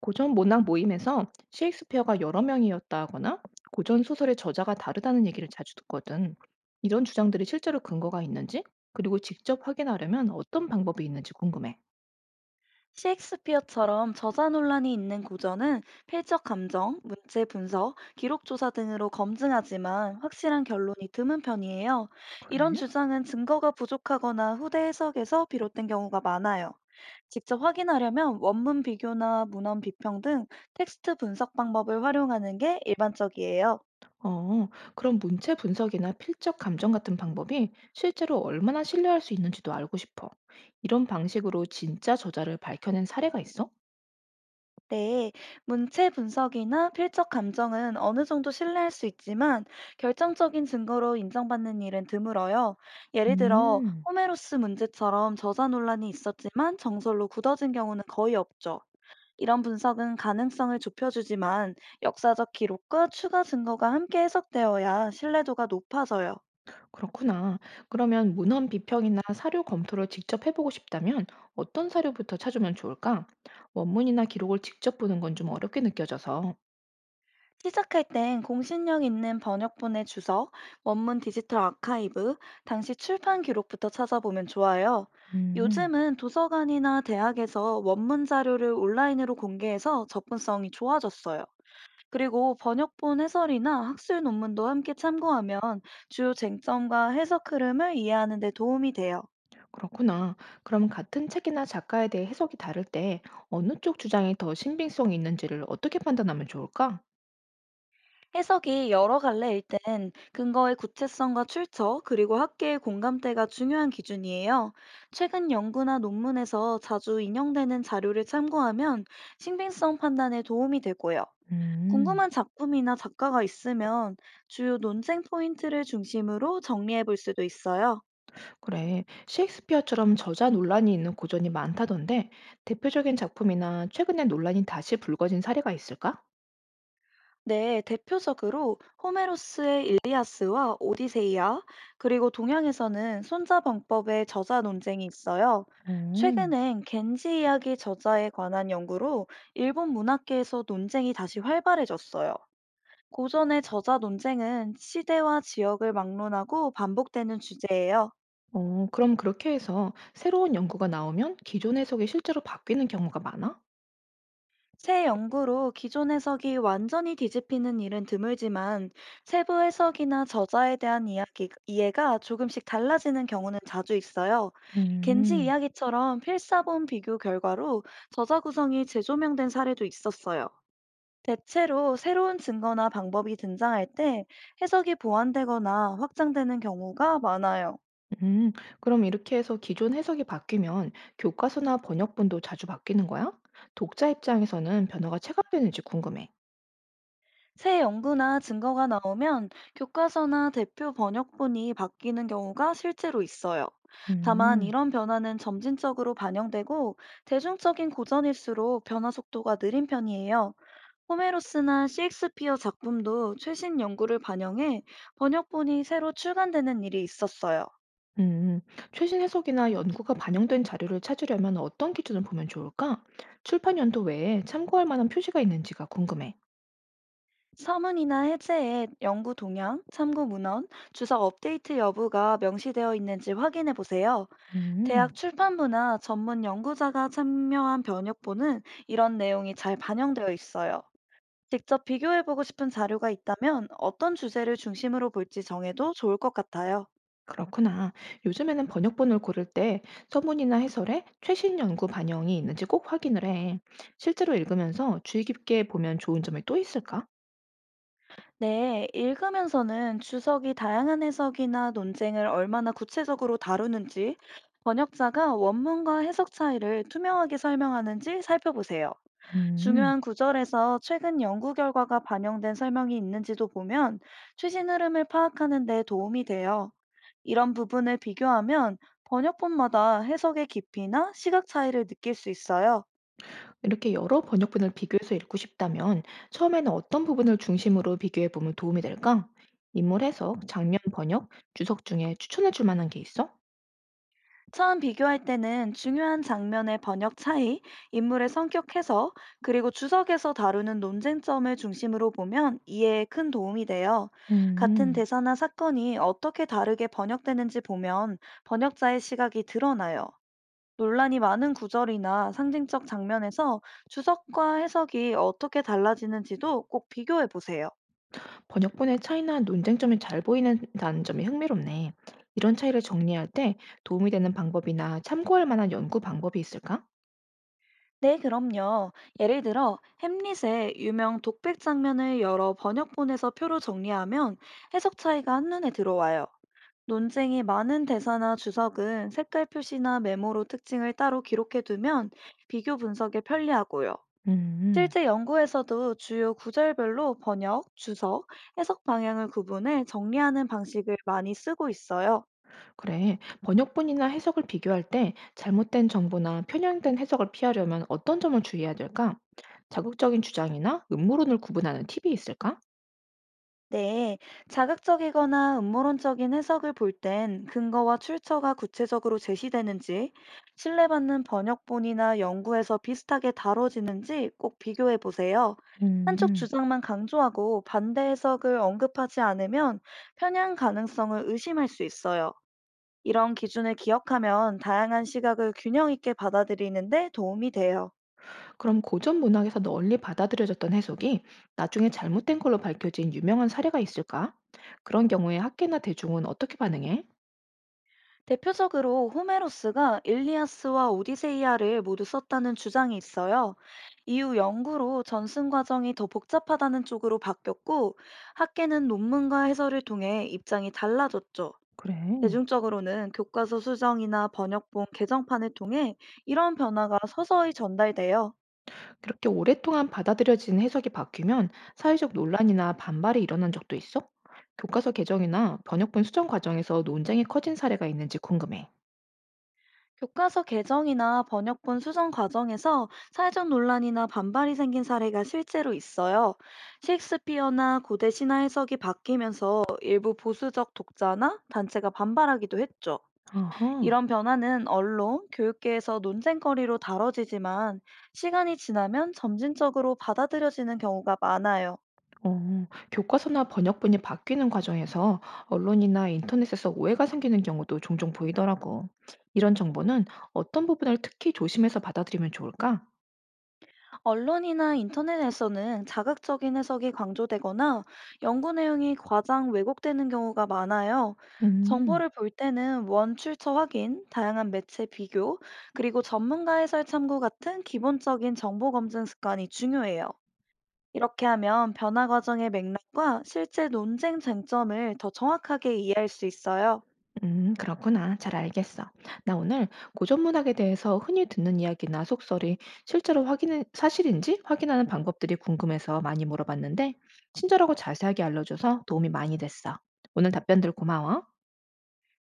고전 문학 모임에서 셰익스피어가 여러 명이었다거나 고전 소설의 저자가 다르다는 얘기를 자주 듣거든. 이런 주장들이 실제로 근거가 있는지, 그리고 직접 확인하려면 어떤 방법이 있는지 궁금해. 셰익스피어처럼 저자 논란이 있는 고전은 필적 감정, 문체 분석, 기록 조사 등으로 검증하지만 확실한 결론이 드문 편이에요. 그래? 이런 주장은 증거가 부족하거나 후대 해석에서 비롯된 경우가 많아요. 직접 확인하려면 원문 비교나 문헌 비평 등 텍스트 분석 방법을 활용하는 게 일반적이에요. 어, 그럼 문체 분석이나 필적 감정 같은 방법이 실제로 얼마나 신뢰할 수 있는지도 알고 싶어. 이런 방식으로 진짜 저자를 밝혀낸 사례가 있어? 네, 문체 분석이나 필적 감정은 어느 정도 신뢰할 수 있지만 결정적인 증거로 인정받는 일은 드물어요. 예를 들어 음. 호메로스 문제처럼 저자 논란이 있었지만 정설로 굳어진 경우는 거의 없죠. 이런 분석은 가능성을 좁혀주지만 역사적 기록과 추가 증거가 함께 해석되어야 신뢰도가 높아져요. 그렇구나. 그러면 문헌 비평이나 사료 검토를 직접 해보고 싶다면 어떤 사료부터 찾으면 좋을까? 원문이나 기록을 직접 보는 건 좀 어렵게 느껴져서. 시작할 땐 공신력 있는 번역본의 주석, 원문 디지털 아카이브, 당시 출판 기록부터 찾아보면 좋아요. 음, 요즘은 도서관이나 대학에서 원문 자료를 온라인으로 공개해서 접근성이 좋아졌어요. 그리고 번역본 해설이나 학술 논문도 함께 참고하면 주요 쟁점과 해석 흐름을 이해하는 데 도움이 돼요. 그렇구나. 그럼 같은 책이나 작가에 대해 해석이 다를 때 어느 쪽 주장이 더 신빙성이 있는지를 어떻게 판단하면 좋을까? 해석이 여러 갈래일 땐 근거의 구체성과 출처, 그리고 학계의 공감대가 중요한 기준이에요. 최근 연구나 논문에서 자주 인용되는 자료를 참고하면 신빙성 판단에 도움이 되고요. 음, 궁금한 작품이나 작가가 있으면 주요 논쟁 포인트를 중심으로 정리해 볼 수도 있어요. 그래, 셰익스피어처럼 저자 논란이 있는 고전이 많다던데 대표적인 작품이나 최근에 논란이 다시 불거진 사례가 있을까? 네, 대표적으로 호메로스의 일리아스와 오디세이아, 그리고 동양에서는 손자병법의 저자 논쟁이 있어요. 어. 최근엔 겐지 이야기 저자에 관한 연구로 일본 문학계에서 논쟁이 다시 활발해졌어요. 고전의 저자 논쟁은 시대와 지역을 막론하고 반복되는 주제예요. 그럼 그렇게 해서 새로운 연구가 나오면 기존 해석이 실제로 바뀌는 경우가 많아? 새 연구로 기존 해석이 완전히 뒤집히는 일은 드물지만 세부 해석이나 저자에 대한 이야기, 이해가 조금씩 달라지는 경우는 자주 있어요. 겐지 음, 이야기처럼 필사본 비교 결과로 저자 구성이 재조명된 사례도 있었어요. 대체로 새로운 증거나 방법이 등장할 때 해석이 보완되거나 확장되는 경우가 많아요. 음, 그럼 이렇게 해서 기존 해석이 바뀌면 교과서나 번역본도 자주 바뀌는 거야? 독자 입장에서는 변화가 체감되는지 궁금해. 새 연구나 증거가 나오면 교과서나 대표 번역본이 바뀌는 경우가 실제로 있어요. 다만 음. 이런 변화는 점진적으로 반영되고 대중적인 고전일수록 변화 속도가 느린 편이에요. 호메로스나 셰익스피어 작품도 최신 연구를 반영해 번역본이 새로 출간되는 일이 있었어요. 음, 최신 해석이나 연구가 반영된 자료를 찾으려면 어떤 기준을 보면 좋을까? 출판 연도 외에 참고할 만한 표시가 있는지가 궁금해. 서문이나 해제에 연구 동향, 참고 문헌, 주석 업데이트 여부가 명시되어 있는지 확인해 보세요. 대학 음. 출판부나 전문 연구자가 참여한 번역본은 이런 내용이 잘 반영되어 있어요. 직접 비교해보고 싶은 자료가 있다면 어떤 주제를 중심으로 볼지 정해도 좋을 것 같아요. 그렇구나. 요즘에는 번역본을 고를 때 서문이나 해설에 최신 연구 반영이 있는지 꼭 확인을 해. 실제로 읽으면서 주의 깊게 보면 좋은 점이 또 있을까? 네, 읽으면서는 주석이 다양한 해석이나 논쟁을 얼마나 구체적으로 다루는지, 번역자가 원문과 해석 차이를 투명하게 설명하는지 살펴보세요. 음, 중요한 구절에서 최근 연구 결과가 반영된 설명이 있는지도 보면 최신 흐름을 파악하는 데 도움이 돼요. 이런 부분을 비교하면 번역본마다 해석의 깊이나 시각 차이를 느낄 수 있어요. 이렇게 여러 번역본을 비교해서 읽고 싶다면 처음에는 어떤 부분을 중심으로 비교해 보면 도움이 될까? 인물 해석, 장면 번역, 주석 중에 추천해 줄 만한 게 있어? 처음 비교할 때는 중요한 장면의 번역 차이, 인물의 성격 해석, 그리고 주석에서 다루는 논쟁점을 중심으로 보면 이해에 큰 도움이 돼요. 같은 음. 대사나 사건이 어떻게 다르게 번역되는지 보면 번역자의 시각이 드러나요. 논란이 많은 구절이나 상징적 장면에서 주석과 해석이 어떻게 달라지는지도 꼭 비교해 보세요. 번역본의 차이나 논쟁점이 잘 보이는다는 점이 흥미롭네. 이런 차이를 정리할 때 도움이 되는 방법이나 참고할 만한 연구 방법이 있을까? 네, 그럼요. 예를 들어, 햄릿의 유명 독백 장면을 여러 번역본에서 표로 정리하면 해석 차이가 한눈에 들어와요. 논쟁이 많은 대사나 주석은 색깔 표시나 메모로 특징을 따로 기록해두면 비교 분석에 편리하고요. 음, 실제 연구에서도 주요 구절별로 번역, 주석, 해석 방향을 구분해 정리하는 방식을 많이 쓰고 있어요. 그래, 번역본이나 해석을 비교할 때 잘못된 정보나 편향된 해석을 피하려면 어떤 점을 주의해야 될까? 자극적인 주장이나 음모론을 구분하는 팁이 있을까? 네, 자극적이거나 음모론적인 해석을 볼 땐 근거와 출처가 구체적으로 제시되는지, 신뢰받는 번역본이나 연구에서 비슷하게 다뤄지는지 꼭 비교해 보세요. 한쪽 음. 주장만 강조하고 반대 해석을 언급하지 않으면 편향 가능성을 의심할 수 있어요. 이런 기준을 기억하면 다양한 시각을 균형 있게 받아들이는데 도움이 돼요. 그럼 고전 문학에서 널리 받아들여졌던 해석이 나중에 잘못된 걸로 밝혀진 유명한 사례가 있을까? 그런 경우에 학계나 대중은 어떻게 반응해? 대표적으로 호메로스가 일리아스와 오디세이아를 모두 썼다는 주장이 있어요. 이후 연구로 전승 과정이 더 복잡하다는 쪽으로 바뀌었고, 학계는 논문과 해설을 통해 입장이 달라졌죠. 그래. 대중적으로는 교과서 수정이나 번역본 개정판을 통해 이런 변화가 서서히 전달돼요. 그렇게 오랫동안 받아들여진 해석이 바뀌면 사회적 논란이나 반발이 일어난 적도 있어? 교과서 개정이나 번역본 수정 과정에서 논쟁이 커진 사례가 있는지 궁금해. 교과서 개정이나 번역본 수정 과정에서 사회적 논란이나 반발이 생긴 사례가 실제로 있어요. 셰익스피어나 고대 신화 해석이 바뀌면서 일부 보수적 독자나 단체가 반발하기도 했죠. 아하, 이런 변화는 언론, 교육계에서 논쟁거리로 다뤄지지만 시간이 지나면 점진적으로 받아들여지는 경우가 많아요. 어, 교과서나 번역본이 바뀌는 과정에서 언론이나 인터넷에서 오해가 생기는 경우도 종종 보이더라고. 이런 정보는 어떤 부분을 특히 조심해서 받아들이면 좋을까? 언론이나 인터넷에서는 자극적인 해석이 강조되거나 연구 내용이 과장 왜곡되는 경우가 많아요. 음. 정보를 볼 때는 원 출처 확인, 다양한 매체 비교, 그리고 전문가 해설 참고 같은 기본적인 정보 검증 습관이 중요해요. 이렇게 하면 변화 과정의 맥락과 실제 논쟁 쟁점을 더 정확하게 이해할 수 있어요. 그렇구나. 잘 알겠어. 나 오늘 고전 문학에 대해서 흔히 듣는 이야기나 속설이 실제로 확인, 사실인지 확인하는 방법들이 궁금해서 많이 물어봤는데, 친절하고 자세하게 알려줘서 도움이 많이 됐어. 오늘 답변들 고마워.